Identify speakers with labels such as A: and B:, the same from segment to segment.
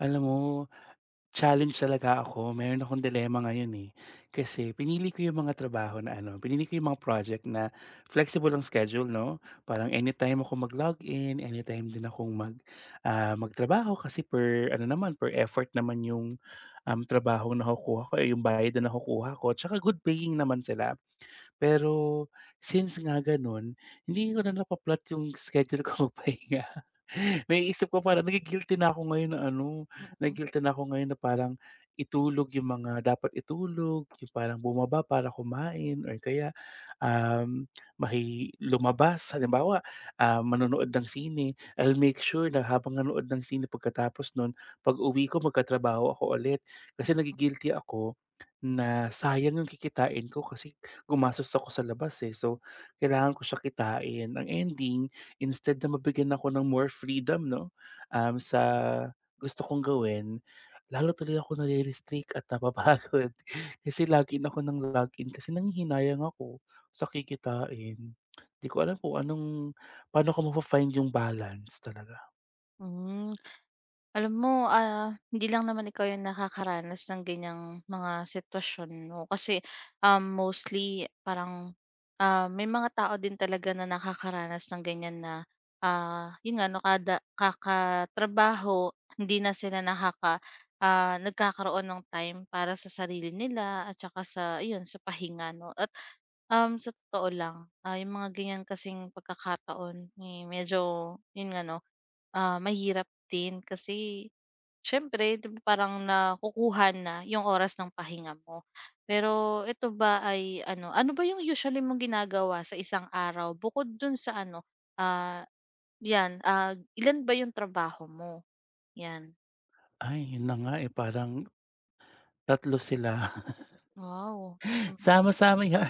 A: Alam mo, challenge talaga ako. Meron akong dilemma ngayon eh. Kasi pinili ko yung mga trabaho na ano, pinili ko yung mga project na flexible ang schedule, no? Parang anytime ako mag in, anytime din akong mag, magtrabaho kasi per, ano naman, per effort naman yung trabaho na nakukuha ko, eh, yung bayad na nakukuha ko, tsaka good paying naman sila. Pero since nga ganun, hindi ko na napaplot yung schedule ko magpahinga. Naiisip ko parang nagi-guilty na ako ngayon na ano, nagi-guilty na ako ngayon na parang itulog yung mga dapat itulog, yung parang bumaba para kumain or kaya, um, lumabas. Halimbawa, manonood ng sine, I'll make sure na habang nanood ng sine pagkatapos nun, pag-uwi ko magtatrabaho ako ulit. Kasi nagi-guilty ako na sayang yung kikitain ko kasi gumastos ako sa labas, eh. So, kailangan ko siya kitain. Ang ending instead na mabigyan ako ng more freedom 'no, sa gusto kong gawin, lalo tuloy ako nare-restrict at napapagod. Kasi log-in ako ng log-in kasi nanghihinayang ako sa kikitain. 'Di ko alam po anong paano ko mafa-find yung balance talaga.
B: Hmm, alam mo, hindi lang naman ikaw yung nakakaranas ng ganyang mga sitwasyon 'no, kasi, mostly parang, may mga tao din talaga na nakakaranas ng ganyan na, yun nga 'no kada kakatrabaho hindi na sila nakaka nagkakaroon ng time para sa sarili nila at saka sa ayun sa pahinga 'no. At, sa totoo lang, yung mga ganyan kasing pagkakataon, eh, medyo yun nga 'no. Ah, mahirap din kasi siyempre 'di ba parang nakukuha na yung oras ng pahinga mo. Pero ito ba ay ano, ano ba yung usually mong ginagawa sa isang araw bukod dun sa ano, ah, 'yan, ilan ba yung trabaho mo? 'Yan.
A: Ay, yun na nga, eh, parang tatlo sila.
B: Wow. Hmm,
A: Sama-sama yar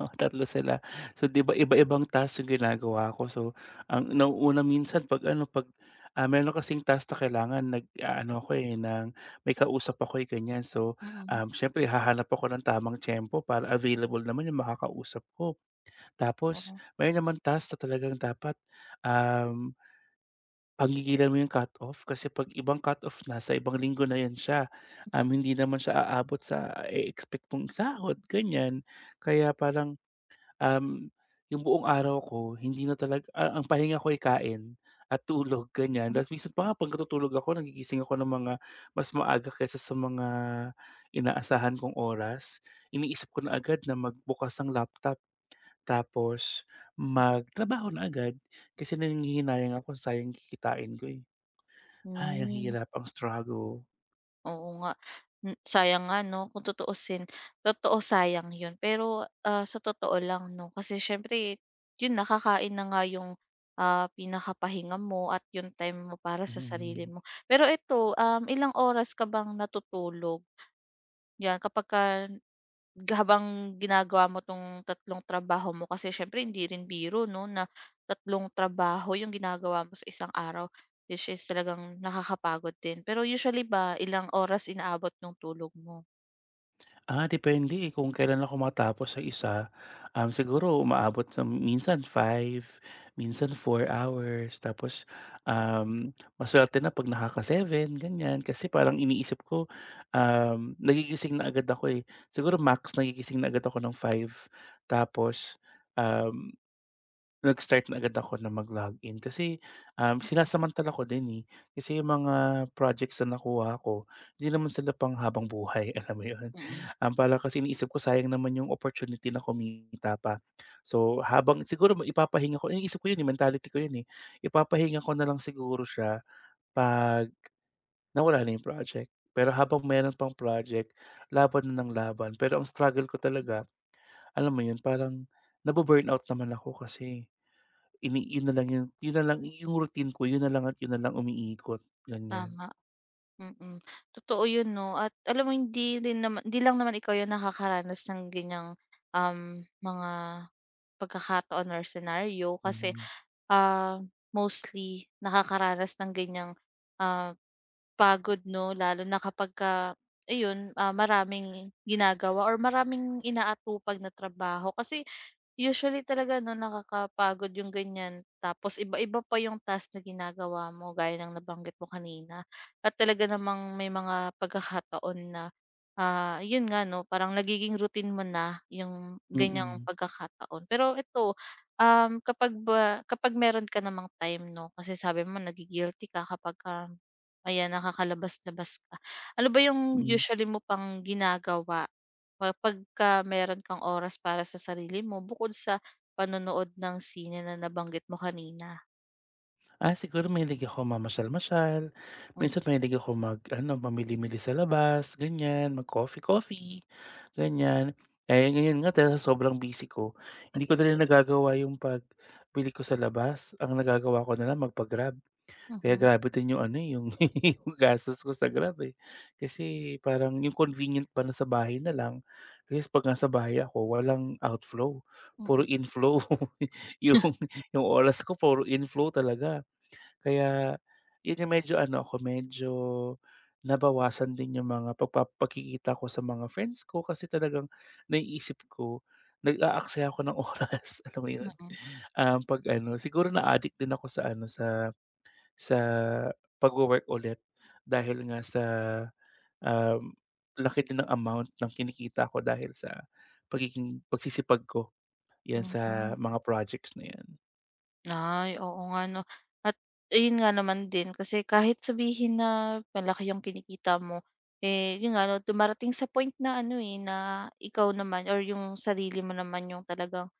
A: oo, tatlo sila. So, 'di ba iba-ibang task yung ginagawa ko. So, ang nauuna minsan 'pag ano, 'pag, meron kasing task na kailangan nag ano ako, eh, ng may kausap ako, eh, ganyan. So,
B: mm.
A: siyempre hahanap ako ng tamang tiyempo para available naman yung makakausap ko. Tapos
B: Oo.
A: may naman task na talagang dapat, um pagigilan mo yung cut-off kasi 'pag ibang cut-off na sa ibang linggo na yun siya, hindi naman siya aabot sa expect mong sahod ganyan. Kaya parang, um, yung buong araw ko hindi na talaga ang pahinga ko ay kain at tulog ganyan. Tapos minsan pa nga 'pag natutulog ako nagigising ako ng mga mas maaga kaysa sa mga inaasahan kong oras. Iniisip ko na agad na magbukas ng laptop tapos magtrabaho na agad kasi nanghihinayang ako sayang kikitain ko, eh. Ay, ang
B: Hmm.
A: hirap, ang struggle.
B: Oo nga, hmm, sayang nga 'no, kung tutuusin totoo sayang 'yun. Pero, sa totoo lang 'no, kasi siyempre 'yun nakakain na nga 'yung, pinakapahinga mo at 'yung time mo para sa sarili
A: Mm.
B: mo. Pero ito, ilang oras ka bang natutulog? 'Yan kapagka habang ginagawa mo 'tong tatlong trabaho mo kasi siyempre hindi rin biro 'no, na tatlong trabaho yung ginagawa mo sa isang araw, which is talagang nakakapagod din. Pero usually ba ilang oras inaabot yung tulog mo?
A: Depende, eh, kung kailan ako matapos sa isa, siguro umaabot sa minsan five, minsan 4 hours tapos, masuwerte na 'pag nakaka-7 ganyan. Kasi parang iniisip ko, nagigising na agad ako, eh, siguro max nagigising na agad ako ng five. Tapos, um nag-start na agad ako na mag-login kasi, sinasamantala ko din, eh. Kasi yung mga projects na nakuha ko, hindi naman sila pang habang buhay, alam mo yun?
B: Mm,
A: Para kasi iniisip ko sayang naman yung opportunity na kumita pa. So, habang siguro ipapahinga ko iniisip ko yun, eh, mentality ko yun, eh. Ipapahinga ko na lang siguro siya 'pag nawala na yung project. Pero habang meron pang project, laban na ng laban. Pero ang struggle ko talaga, alam mo yun, parang nabu-burnout naman ako kasi ini yun na lang yung yun na lang yung routine ko yun na lang at yun na lang umiikot, ganyan.
B: tama, mm. Totoo yun 'no, at alam mo hindi lang naman ikaw yung nakakaranas ng ganyang, mga pagkakataon or scenario kasi,
A: Mhm.
B: ah, mostly nakakaranas ng ganyang, ah pagod 'no, lalo na kapagka ayun, maraming ginagawa or maraming inaatupag na trabaho. Kasi usually talaga 'no, nakakapagod yung ganyan tapos iba-iba pa yung task na ginagawa mo gaya ng nabanggit mo kanina at talaga namang may mga pagkakataon na, yun nga 'no, parang nagiging routine mo na yung ganyang
A: Mm.
B: pagkakataon. Pero ito, kapag meron ka namang time 'no, kasi sabi mo nagi-guilty ka kapagka ayan, nakakalabas-labas ka. Ano ba yung
A: Mm.
B: usually mo pang ginagawa kapagka meron kang oras para sa sarili mo bukod sa panonood ng sine na nabanggit mo kanina.
A: Siguro mahilig ako mamasyal-masyal,
B: Hmm,
A: minsan mahilig ako mag-ano, mamili-mili sa labas, ganyan, mag-coffee-coffee, ganyan. Eh, ngayon nga dahil sa sobrang busy ko, hindi ko na rin nagagawa yung pagbili ko sa labas, ang nagagawa ko na lang magpa-Grab. Kaya
B: mhm,
A: grabe din yung ano, eh, yung yung gastos ko sa Grab, eh. Kasi parang yung convenient pa na sa bahay na lang, kasi 'pag nasa bahay ako walang outflow, puro
B: mm,
A: inflow. Yung yung oras ko puro inflow talaga. Kaya yun yung medyo ano ako, medyo nabawasan din yung mga pagpa ko sa mga friends ko kasi talagang naiisip ko, nag-aaksaya ako ng oras, alam mo yun?
B: mm,
A: 'Pag ano siguro na-addict din ako sa ano, sa pagwo-work ulit dahil nga sa, um, laki din ng amount ng kinikita ko dahil sa pagiging pagsisipag ko 'yan sa
B: hmm.
A: mga projects na 'yan.
B: Ay, oo nga 'no. At ayun nga naman din kasi kahit sabihin na malaki yung kinikita mo, eh, yun nga 'no, dumarating sa point na ano, eh, na ikaw naman or yung sarili mo naman yung talagang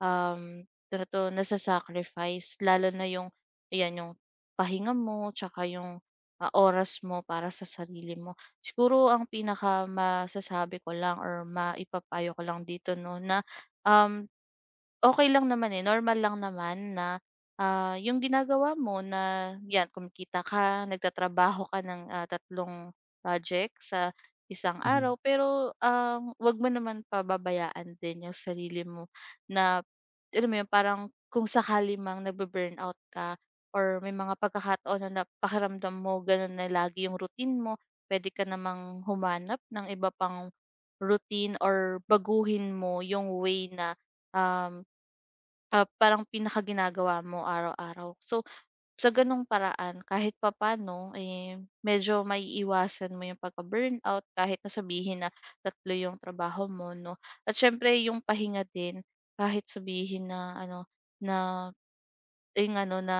B: Um, totoo nasa-sacrifice lalo na yung ayan yung pahinga mo tsaka yung, oras mo para sa sarili mo. Siguro ang pinakamasasabi ko lang or maipapayo ko lang dito 'no na, um, okey lang naman, eh, normal lang naman na, yung ginagawa mo na 'yan kumikita ka, nagtatrabaho ka ng, tatlong project sa isang
A: Mhm.
B: araw pero, 'wag mo naman pababayaan din yung sarili mo na alam mo yun, parang kung sakali mang nabe burnout ka or may mga pagkakataon na na pakiramdam mo ganun na lagi yung routine mo, pwede ka namang humanap ng iba pang routine or baguhin mo yung way na, um, parang pinakaginagawa mo araw-araw. So sa gano'ng paraan kahit papaano, eh, medyo maiiwasan mo yung pagka-burnout kahit na sabihin na tatlo yung trabaho mo 'no. At siyempre yung pahinga din kahit sabihin na ano, na ayun ano na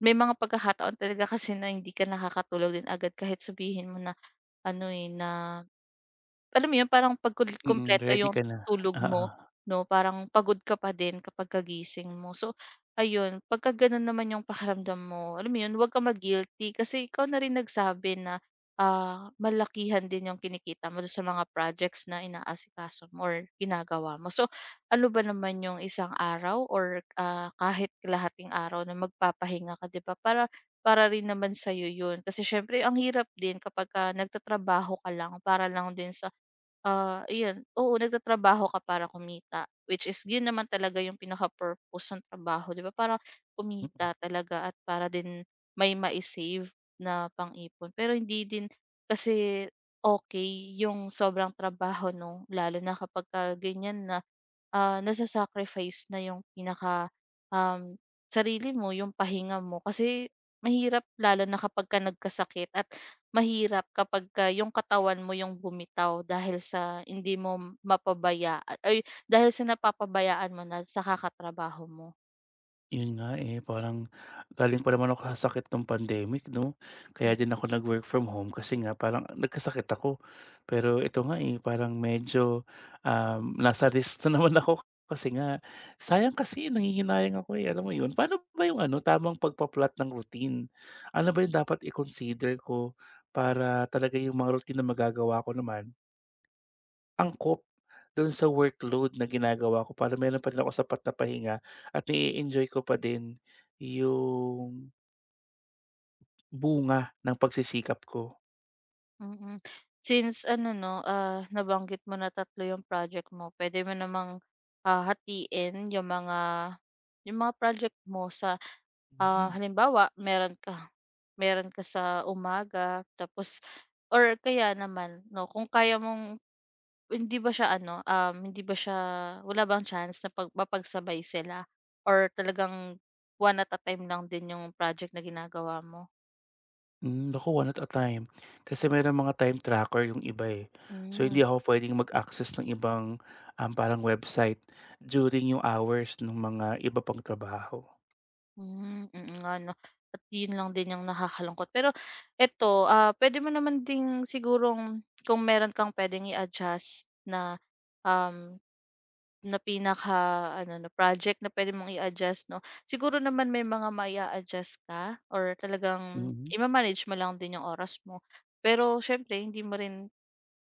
B: may mga pagkakataon talaga kasi na hindi ka nakakatulog din agad kahit sabihin mo na ano, eh, na alam mo yun parang 'pag
A: Mm,
B: kumpleto
A: ready
B: yung
A: ka na,
B: tulog
A: oo.
B: mo 'no, parang pagod ka pa din kapag kagising mo. So ayun, pagka gano'n naman yung pakiramdam mo, alam mo yun, huwag ka ma-guilty kasi ikaw na rin nagsabi na, malakihan din yung kinikita mo dun sa mga projects na inaasikaso mo or ginagawa mo. So ano ba naman yung isang araw or, kahit kalahating araw na magpapahinga ka 'di ba, para para rin naman sa yun. Kasi siyempre ang hirap din kapagka nagtatrabaho ka lang para lang din sa Ah, iyon, oo nagtatrabaho ka para kumita, which is yun naman talaga yung pinaka-purpose ng trabaho 'di ba, para
A: Mm.
B: kumita talaga at para din may ma save na pang-ipon. Pero hindi din kasi okay yung sobrang trabaho 'no, lalo na kapagka ganyan na nasa-sacrifice na yung pinaka, um, sarili mo, yung pahinga mo. Kasi mahirap lalo na kapagka nagkasakit at mahirap kapagka yung katawan mo yung bumitaw dahil sa hindi mo mapabaya ay dahil sa napapabayaan mo na sa kakatrabaho mo.
A: Yun nga, eh, parang galing pa naman ako sa sakit ng pandemic 'no, kaya
B: Hmm,
A: din ako nag-work from home kasi nga parang nagkasakit ako. Pero ito nga, eh, parang medyo, nasa risk na naman ako kasi nga sayang kasi nanghihinayang ako, eh, alam mo yun? Paano ba yung ano, tamang pagpa-plot ng routine? Ano ba yung dapat i-consider ko para talaga yung mga routine na magagawa ko naman angkop do'n sa workload na ginagawa ko para meron pa rin akong sapat na pahinga at na enjoy ko pa din yung bunga ng pagsisikap ko.
B: mm. Mm. Since ano 'no, nabanggit mo na tatlo yung project mo, pwede mo namang, hatiin yung mga project mo sa Ah,
A: Mhm.
B: halimbawa meron ka sa umaga tapos or kaya naman 'no, kung kaya mong hindi ba siya ano, hindi ba siya wala bang chance na pag mapagsabay sila or talagang one at a time lang din yung project na ginagawa mo?
A: Hmm, naku, one at a time. Kasi merong mga time tracker yung iba, eh. So,
B: Hmm,
A: hindi ako puwedeng mag-access ng ibang, parang website during yung hours ng mga iba pang trabaho.
B: hmm, mm nga 'no, at yun lang din yung nakakalungkot. Pero eto, puwede mo naman ding sigurong kung meron kang puwedeng i-adjust na, um na pinaka-ano 'no, project na puwede mong i-adjust 'no. Siguro naman may mga maya adjust ka or talagang
A: Mhm,
B: ima-manage mo lang din yung oras mo. Pero siyempre hindi mo rin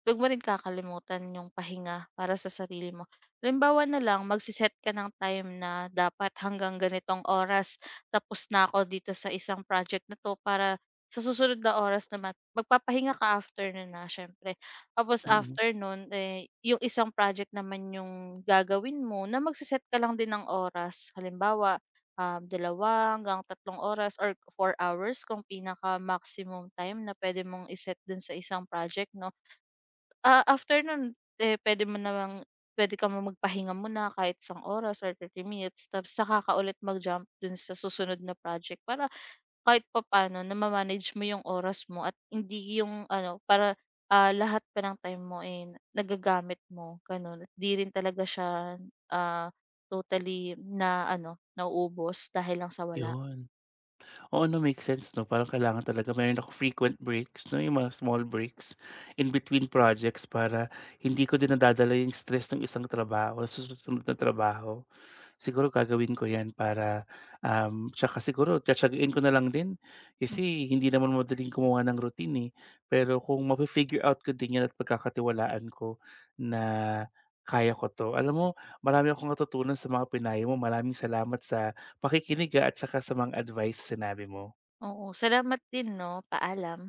B: 'wag mo rin kakalimutan yung pahinga para sa sarili mo. Halimbawa na lang, magse ka ng time na dapat hanggang ganitong oras tapos na ako dito sa isang project na 'to para sa susunod na oras naman magpapahinga ka after no'n, siyempre. Tapos
A: mm.
B: after no'n, eh, yung isang project naman yung gagawin mo na magse ka lang din ng oras. Halimbawa, 2 hanggang 3 oras or 4 hours kung pinaka-maximum time na puwede mong iset dun sa isang project 'no. Ah, after nun, eh, pwede mo namang pwede ka ngang magpahinga muna kahit isang oras or 30 minutes tapos saka ka ulit mag-jump dun sa susunod na project para kahit papaano nama-manage mo yung oras mo at hindi yung ano para, lahat pa ng time mo, eh, nagagamit mo gano'n at 'di rin talaga siya, ah, totally na ano, nauubos dahil lang sa wala.
A: Yun. Oo, 'no, make sense 'no, parang kailangan talaga meron ako frequent breaks 'no, yung mga small breaks in between projects para hindi ko din nadadala yung stress ng isang trabaho sa susunod na trabaho. Siguro gagawin ko 'yan para, tsaka siguro tiyatiyaguin ko na lang din
B: Hmm,
A: kasi hindi naman madaling gumawa ng routine, eh. Pero kung mafi-figure out ko din 'yan at pagkakatiwalaan ko na kaya ko 'to. Alam mo marami akong natutunan sa mga pinayo mo. Maraming salamat sa pakikinig, at saka sa mga advice na sinabi mo.
B: oo, salamat din 'no, paalam.